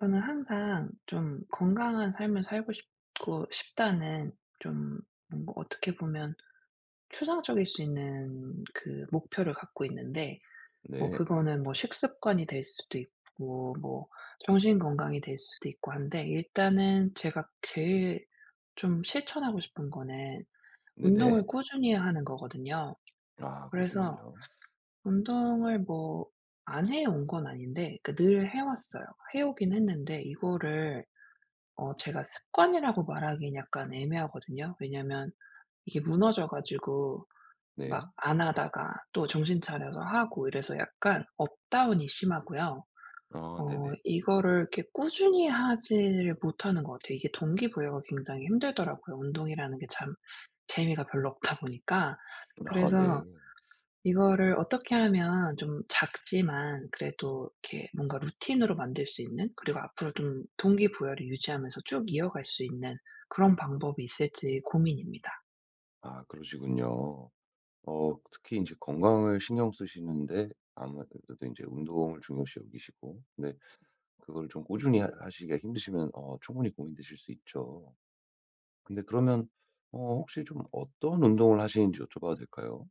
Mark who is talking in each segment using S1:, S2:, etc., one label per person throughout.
S1: 저는 항상 좀 건강한 삶을 살고 싶고 싶다는 좀 뭔가 어떻게 보면 추상적일 수 있는 그 목표를 갖고 있는데, 뭐
S2: 네.
S1: 그거는 뭐 식습관이 될 수도 있고 뭐 정신 건강이 될 수도 있고 한데, 일단은 제가 제일 좀 실천하고 싶은 거는
S2: 네네.
S1: 운동을 꾸준히 하는 거거든요.
S2: 아
S1: 그래서
S2: 그러시군요.
S1: 운동을 뭐 안 해온 건 아닌데 그늘 해왔어요. 해오긴 했는데 이거를 제가 습관이라고 말하기엔 약간 애매하거든요. 왜냐면 이게 무너져 가지고
S2: 네.
S1: 막 안 하다가 또 정신 차려서 하고 이래서 약간 업다운이 심하고요.
S2: 아 네네.
S1: 이거를 이렇게 꾸준히 하지를 못하는 것 같아요. 이게 동기부여가 굉장히 힘들더라고요, 운동이라는 게 참 재미가 별로 없다 보니까.
S2: 아 네.
S1: 그래서 이거를 어떻게 하면 좀 작지만 그래도 이렇게 뭔가 루틴으로 만들 수 있는, 그리고 앞으로 좀 동기부여를 유지하면서 쭉 이어갈 수 있는 그런 방법이 있을지 고민입니다.
S2: 아 그러시군요. 특히 이제 건강을 신경 쓰시는데 아무래도 이제 운동을 중요시 여기시고 근데 그걸 좀 꾸준히 하 하시기가 힘드시면 충분히 고민되실 수 있죠. 근데 그러면 혹시 좀 어떤 운동을 하시는지 여쭤봐도 될까요?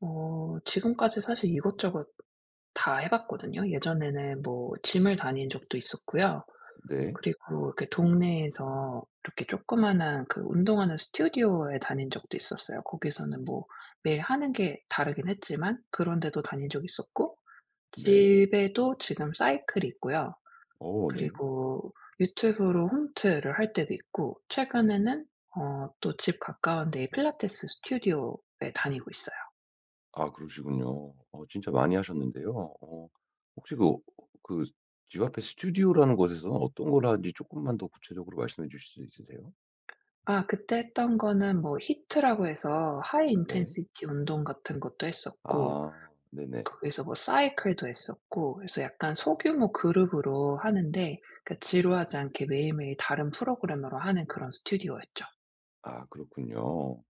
S1: 지금까지 사실 이것저것 다 해 봤거든요. 예전에는 뭐 짐을 다닌 적도 있었고요.
S2: 네.
S1: 그리고 이렇게 동네에서 이렇게 조그마한 그 운동하는 스튜디오에 다닌 적도 있었어요. 거기서는 뭐 매일 하는 게 다르긴 했지만 그런 데도 다닌 적 있었고,
S2: 네.
S1: 집에도 지금 사이클이 있고요.
S2: 어 네.
S1: 그리고 유튜브로 홈트를 할 때도 있고, 최근에는 또 집 가까운 데에 필라테스 스튜디오에 다니고 있어요.
S2: 아 그러시군요. 진짜 많이 하셨는데요. 어 혹시 그 집 앞에 스튜디오라는 곳에서 어떤 걸 하는지 조금만 더 구체적으로 말씀해 주실 수 있으세요?
S1: 아, 그때 했던 거는 뭐 히트라고 해서 하이
S2: 네.
S1: 인텐시티 운동 같은 것도 했었고,
S2: 아 네네.
S1: 거기서 뭐 사이클도 했었고, 그래서 약간 소규모 그룹으로 하는데 그 지루하지 않게 매일매일 다른 프로그램으로 하는 그런 스튜디오였죠.
S2: 아 그렇군요.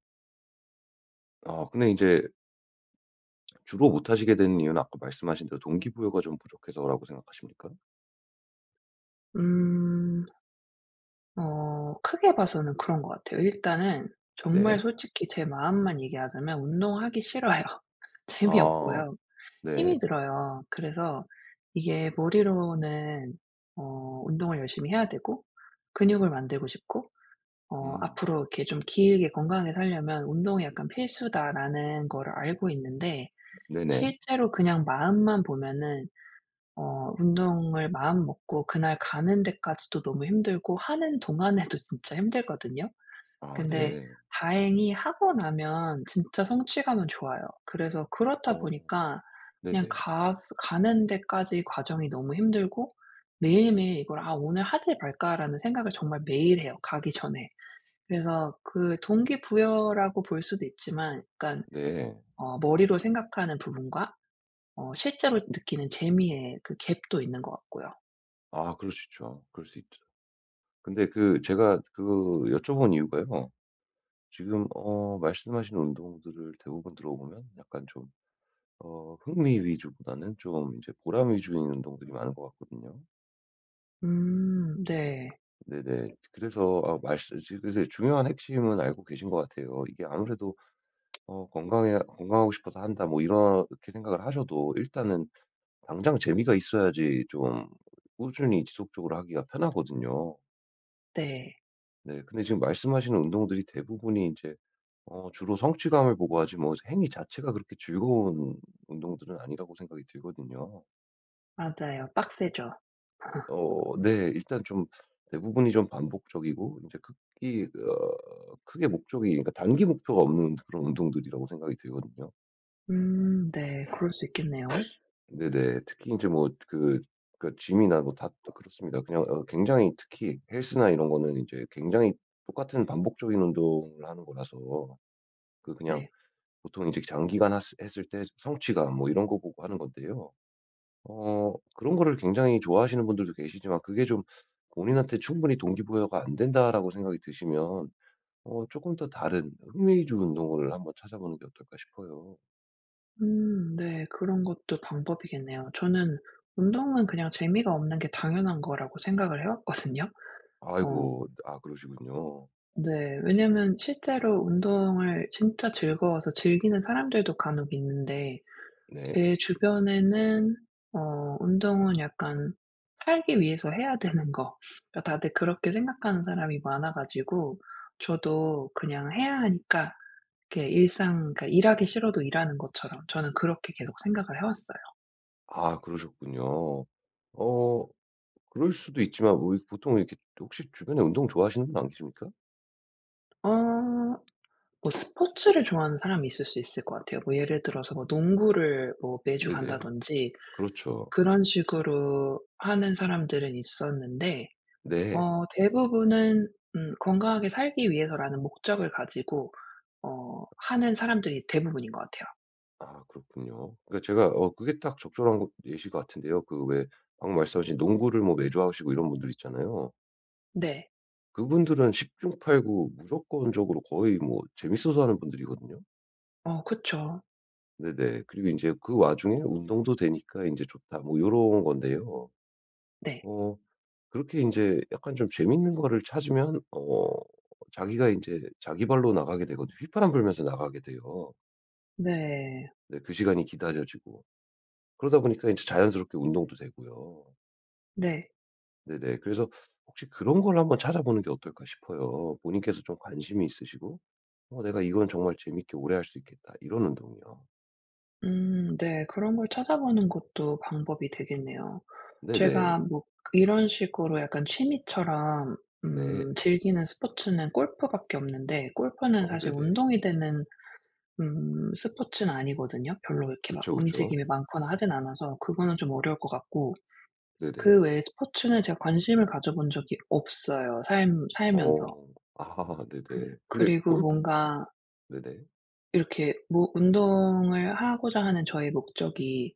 S2: 아 근데 이제 주로 못 하시게 된 이유는 아까 말씀하신 대로 동기부여가 좀 부족해서라고 생각하십니까?
S1: 음. 크게 봐서는 그런 것 같아요. 일단은 정말
S2: 네.
S1: 솔직히 제 마음만 얘기하자면 운동하기 싫어요.
S2: 아
S1: 재미없고요.
S2: 네.
S1: 힘이 들어요. 그래서 이게 머리로는 운동을 열심히 해야 되고 근육을 만들고 싶고
S2: 음.
S1: 앞으로 이렇게 좀 길게 건강하게 살려면 '운동이 약간 필수다.'라는 거를 알고 있는데,
S2: 네네.
S1: 실제로 그냥 마음만 보면은 운동을 마음 먹고 그날 가는 데까지도 너무 힘들고 하는 동안에도 진짜 힘들거든요.
S2: 아
S1: 근데
S2: 네.
S1: 다행히 하고 나면 진짜 성취감은 좋아요. 그래서
S2: 어
S1: 그렇다 보니까 그냥
S2: 네네.
S1: 가 가는 데까지 과정이 너무 힘들고, 매일매일 이걸 '아 오늘 하지 말까.'라는 생각을 정말 매일 해요, 가기 전에. 그래서 그 동기부여라고 볼 수도 있지만 약간
S2: 네.
S1: 머리로 생각하는 부분과 실제로 느끼는 재미의 그 갭도 있는 것 같고요.
S2: 아 그럴 수 있죠. 그럴 수 있죠. 근데 제가 여쭤본 이유가요. 지금 말씀하신 운동들을 대부분 들어보면 약간 좀 흥미 위주보다는 좀 이제 보람 위주인 운동들이 많은 것 같거든요.
S1: 네.
S2: 네네. 그래서 아 말씀 지 그래서 중요한 핵심은 알고 계신 것 같아요. 이게 아무래도 어 건강해 '건강하고 싶어서 한다.' 뭐 이렇게 생각을 하셔도 일단은 당장 재미가 있어야지 좀 꾸준히 지속적으로 하기가 편하거든요.
S1: 네.
S2: 네. 근데 지금 말씀하시는 운동들이 대부분이 이제 주로 성취감을 보고 하지 뭐 행위 자체가 그렇게 즐거운 운동들은 아니라고 생각이 들거든요.
S1: 맞아요. 빡세죠.
S2: 어 네. 일단 좀 대부분이 좀 반복적이고 이제 크기 어 크게 목적이 그러니까 단기 목표가 없는 그런 운동들이라고 생각이 들거든요.
S1: 네. 그럴 수 있겠네요.
S2: 네네. 특히 이제 그 짐이나 뭐 다 그렇습니다. 그냥 어 굉장히 특히 헬스나 이런 거는 이제 굉장히 똑같은 반복적인 운동을 하는 거라서 그냥
S1: 네.
S2: 보통 이제 장기간 하스 했을 때 성취감 뭐 이런 거 보고 하는 건데요. 어 그런 거를 굉장히 좋아하시는 분들도 계시지만 그게 좀 본인한테 충분히 동기부여가 안 된다라고 생각이 드시면 조금 더 다른 흥미 주 운동을 한번 찾아보는 게 어떨까 싶어요.
S1: 네. 그런 것도 방법이겠네요. 저는 운동은 그냥 재미가 없는 게 당연한 거라고 생각을 해 왔거든요. 어
S2: 아이고. 아 그러시군요.
S1: 네. 왜냐면 실제로 운동을 진짜 즐거워서 즐기는 사람들도 간혹 있는데
S2: 네.
S1: 제 주변에는 운동은 약간 살기 위해서 해야 되는 거, 그러니까 다들 그렇게 생각하는 사람이 많아 가지고 저도 그냥 해야 하니까 이렇게 일상, 그러니까 일하기 싫어도 일하는 것처럼 저는 그렇게 계속 생각을 해 왔어요.
S2: 아 그러셨군요. 어 그럴 수도 있지만 우리 보통 이렇게 혹시 주변에 운동 좋아하시는 분 안 계십니까?
S1: 어 뭐 스포츠를 좋아하는 사람이 있을 수 있을 것 같아요. 뭐 예를 들어서 뭐 농구를 뭐 매주
S2: 네네.
S1: 간다든지
S2: 그렇죠.
S1: 그런 식으로 하는 사람들은 있었는데,
S2: 네.
S1: 대부분은 건강하게 살기 위해서라는 목적을 가지고 하는 사람들이 대부분인 것 같아요.
S2: 아 그렇군요. 그러니까 제가 그게 딱 적절한 것 예시 같은데요. 그 왜 방금 말씀하신 농구를 뭐 매주 하시고 이런 분들 있잖아요.
S1: 네.
S2: 그분들은 십중팔구 무조건적으로 거의 뭐 재밌어서 하는 분들이거든요.
S1: 어 그쵸.
S2: 네네. 그리고 이제 그 와중에 '운동도 되니까 이제 좋다.' 뭐 요런 건데요.
S1: 네.
S2: 어 그렇게 이제 약간 좀 재밌는 거를 찾으면 어 자기가 이제 자기 발로 나가게 되거든요. 휘파람 불면서 나가게 돼요.
S1: 네.
S2: 네 그 시간이 기다려지고. 그러다 보니까 이제 자연스럽게 운동도 되고요.
S1: 네.
S2: 네네. 그래서 혹시 그런 걸 한번 찾아보는 게 어떨까 싶어요. 본인께서 좀 관심이 있으시고 '어 내가 이건 정말 재밌게 오래 할 수 있겠다.' 이런 운동이요.
S1: 네. 그런 걸 찾아보는 것도 방법이 되겠네요. 제가
S2: 네네.
S1: 뭐 이런 식으로 약간 취미처럼
S2: 네.
S1: 즐기는 스포츠는 골프밖에 없는데 골프는
S2: 어
S1: 사실
S2: 네네.
S1: 운동이 되는 스포츠는 아니거든요. 별로 이렇게 막
S2: 그쵸, 그쵸.
S1: 움직임이 많거나 하진 않아서 그거는 좀 어려울 것 같고,
S2: 네네.
S1: 그 외에 스포츠는 제가 관심을 가져본 적이 없어요, 살 살면서.
S2: 어. 아 네네. 근데
S1: 그리고
S2: 골프
S1: 뭔가
S2: 네네.
S1: 이렇게 뭐 운동을 하고자 하는 저의 목적이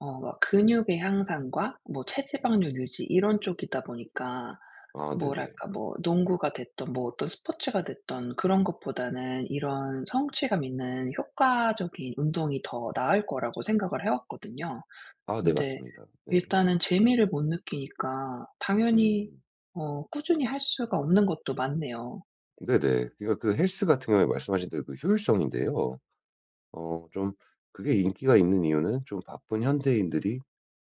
S1: 막 근육의 향상과 뭐 체지방률 유지 이런 쪽이다 보니까
S2: 아 네네.
S1: 뭐랄까 뭐 농구가 됐든 뭐 어떤 스포츠가 됐든 그런 것보다는 이런 성취감 있는 효과적인 운동이 더 나을 거라고 생각을 해 왔거든요.
S2: 아 네
S1: 근데
S2: 맞습니다. 네.
S1: 일단은 재미를 못 느끼니까 당연히
S2: 음.
S1: 꾸준히 할 수가 없는 것도 맞네요.
S2: 네네. 그러니까 그 헬스 같은 경우에 말씀하신 대로 그 효율성인데요. 좀 그게 인기가 있는 이유는 좀 바쁜 현대인들이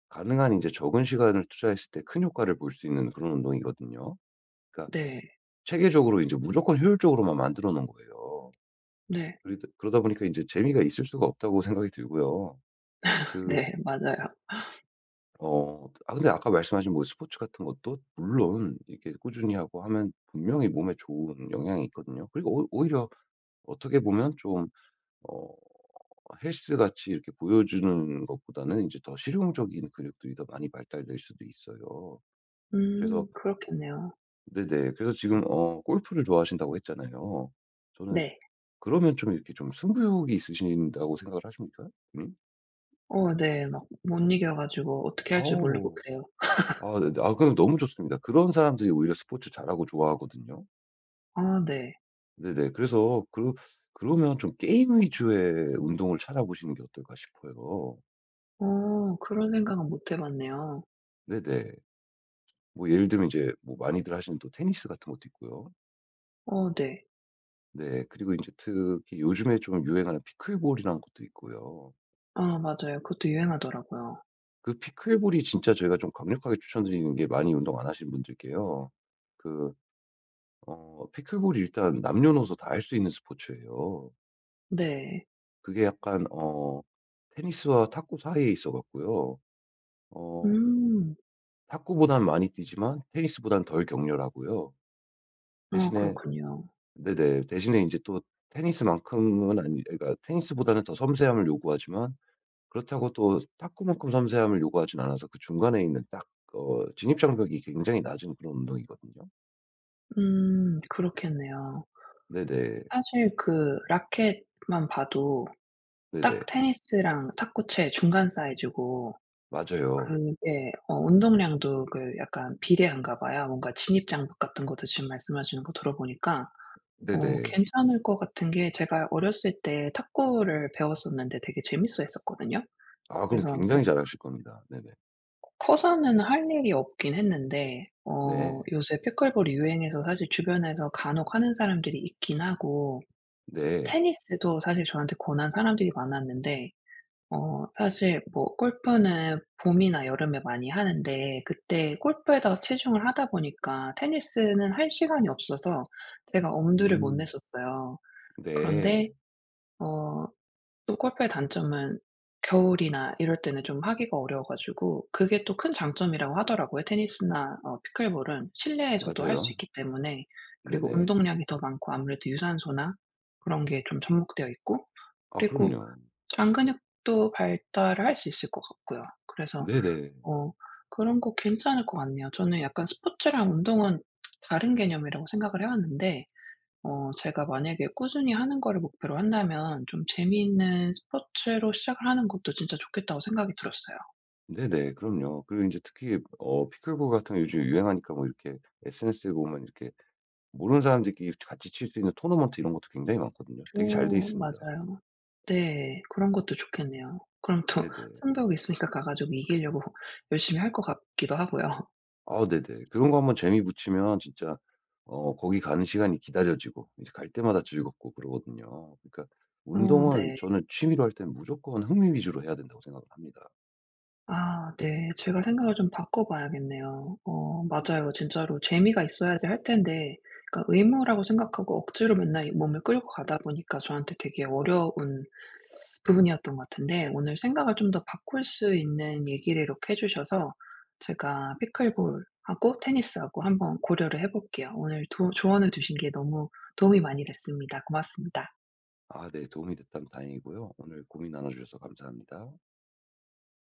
S2: 가능한 이제 적은 시간을 투자했을 때 큰 효과를 볼 수 있는 그런 운동이거든요. 그러니까
S1: 네.
S2: 체계적으로 이제 무조건 효율적으로만 만들어 놓은 거예요.
S1: 네.
S2: 그러다 보니까 이제 재미가 있을 수가 없다고 생각이 들고요. 그
S1: 네. 맞아요.
S2: 아 근데 아까 말씀하신 뭐 스포츠 같은 것도 물론 이렇게 꾸준히 하고 하면 분명히 몸에 좋은 영향이 있거든요. 그리고 오 오히려 어떻게 보면 좀 어 헬스같이 이렇게 보여주는 것보다는 이제 더 실용적인 근육들이 더 많이 발달될 수도 있어요. 그래서
S1: 그렇겠네요.
S2: 네네. 그래서 지금 어 골프를 좋아하신다고 했잖아요. 저는
S1: 네.
S2: 그러면 좀 이렇게 좀 승부욕이 있으신다고 생각을 하십니까? 음?
S1: 어 네. 막 못 이겨 가지고 어떻게 할 줄 모르고
S2: 어우.
S1: 그래요.
S2: 아 네네. 아 그럼 너무 좋습니다. 그런 사람들이 오히려 스포츠 잘하고 좋아하거든요.
S1: 아 네.
S2: 네네. 그래서 그 그러면 좀 게임 위주의 운동을 찾아보시는 게 어떨까 싶어요.
S1: 그런 생각은 못 해 봤네요.
S2: 네네. 뭐 예를 들면 이제 뭐 많이들 하시는 또 테니스 같은 것도 있고요.
S1: 어 네.
S2: 네. 그리고 인제 특히 요즘에 좀 유행하는 피클볼이라는 것도 있고요.
S1: 아 맞아요. 그것도 유행하더라고요.
S2: 그 피클볼이 진짜 저희가 좀 강력하게 추천드리는 게 많이 운동 안 하시는 분들께요. 그 피클볼이 일단 남녀노소 다 할 수 있는 스포츠예요.
S1: 네.
S2: 그게 약간 어 테니스와 탁구 사이에 있어 갖고요. 어
S1: 음.
S2: 탁구보단 많이 뛰지만 테니스보단 덜 격렬하고요.
S1: 아
S2: 대신에
S1: 그렇군요.
S2: 네네. 대신에 이제 또 테니스만큼은 아니 그러니까 테니스보다는 더 섬세함을 요구하지만 그렇다고 또 탁구만큼 섬세함을 요구하진 않아서 그 중간에 있는 딱 진입장벽이 굉장히 낮은 그런 운동이거든요.
S1: 그렇겠네요.
S2: 네네.
S1: 사실 그 라켓만 봐도 딱
S2: 네네.
S1: 테니스랑 탁구채 중간 사이즈고,
S2: 맞아요.
S1: 그게 운동량도 그 약간 비례한가 봐요. 뭔가 진입 장벽 같은 것도 지금 말씀하시는 거 들어보니까
S2: 네네.
S1: 괜찮을 것 같은 게, 제가 어렸을 때 탁구를 배웠었는데 되게 재밌어 했었거든요.
S2: 아 그럼
S1: 그래서
S2: 굉장히
S1: 뭐
S2: 잘하실 겁니다. 네네.
S1: 커서는 할 일이 없긴 했는데
S2: 네.
S1: 요새 피클볼이 유행해서 사실 주변에서 간혹 하는 사람들이 있긴 하고,
S2: 네.
S1: 테니스도 사실 저한테 권한 사람들이 많았는데 사실 뭐 골프는 봄이나 여름에 많이 하는데 그때 골프에다가 치중을 하다 보니까 테니스는 할 시간이 없어서 제가 엄두를 못
S2: 음.
S1: 냈었어요. 그런데
S2: 네.
S1: 어 또 골프의 단점은 겨울이나 이럴 때는 좀 하기가 어려워 가지고 그게 또 큰 장점이라고 하더라고요. 테니스나 피클볼은 실내에서도 할 수
S2: 맞아요.
S1: 있기 때문에, 그리고
S2: 네네.
S1: 운동량이 더 많고 아무래도 유산소나 그런 게 좀 접목되어 있고,
S2: 아
S1: 그리고
S2: 그럼요.
S1: 장 근육도 발달을 할 수 있을 것 같고요. 그래서
S2: 네네.
S1: 어 그런 거 괜찮을 것 같네요. 저는 약간 스포츠랑 운동은 다른 개념이라고 생각을 해 왔는데 제가 만약에 꾸준히 하는 거를 목표로 한다면 좀 재미있는 스포츠로 시작을 하는 것도 진짜 좋겠다고 생각이 들었어요.
S2: 네네. 그럼요. 그리고 이제 특히 어 피클볼 같은 거 요즘 유행하니까 뭐 이렇게 SNS에 보면 이렇게 모르는 사람들끼리 같이 칠 수 있는 토너먼트 이런 것도 굉장히 많거든요. 되게 잘 돼
S1: 오
S2: 있습니다.
S1: 맞아요. 네. 그런 것도 좋겠네요. 그럼 또
S2: 네네.
S1: 성배이 있으니까 가 가지고 이기려고 열심히 할 것 같기도 하고요.
S2: 아 네네. 그런 거 한번 재미 붙이면 진짜 어 거기 가는 시간이 기다려지고 이제 갈 때마다 즐겁고 그러거든요. 그러니까
S1: 어
S2: 운동은
S1: 네.
S2: 저는 취미로 할 때는 무조건 흥미 위주로 해야 된다고 생각을 합니다.
S1: 아 네. 제가 생각을 좀 바꿔 봐야겠네요. 맞아요. 진짜로 재미가 있어야지 할 텐데 그러니까 의무라고 생각하고 억지로 맨날 이 몸을 끌고 가다 보니까 저한테 되게 어려운 부분이었던 것 같은데, 오늘 생각을 좀 더 바꿀 수 있는 얘기를 이렇게 해 주셔서 제가 피클볼하고 테니스하고 한번 고려를 해 볼게요. 오늘 도 조언을 주신 게 너무 도움이 많이 됐습니다. 고맙습니다.
S2: 아 네. 도움이 됐다면 다행이고요. 오늘 고민 나눠 주셔서 감사합니다.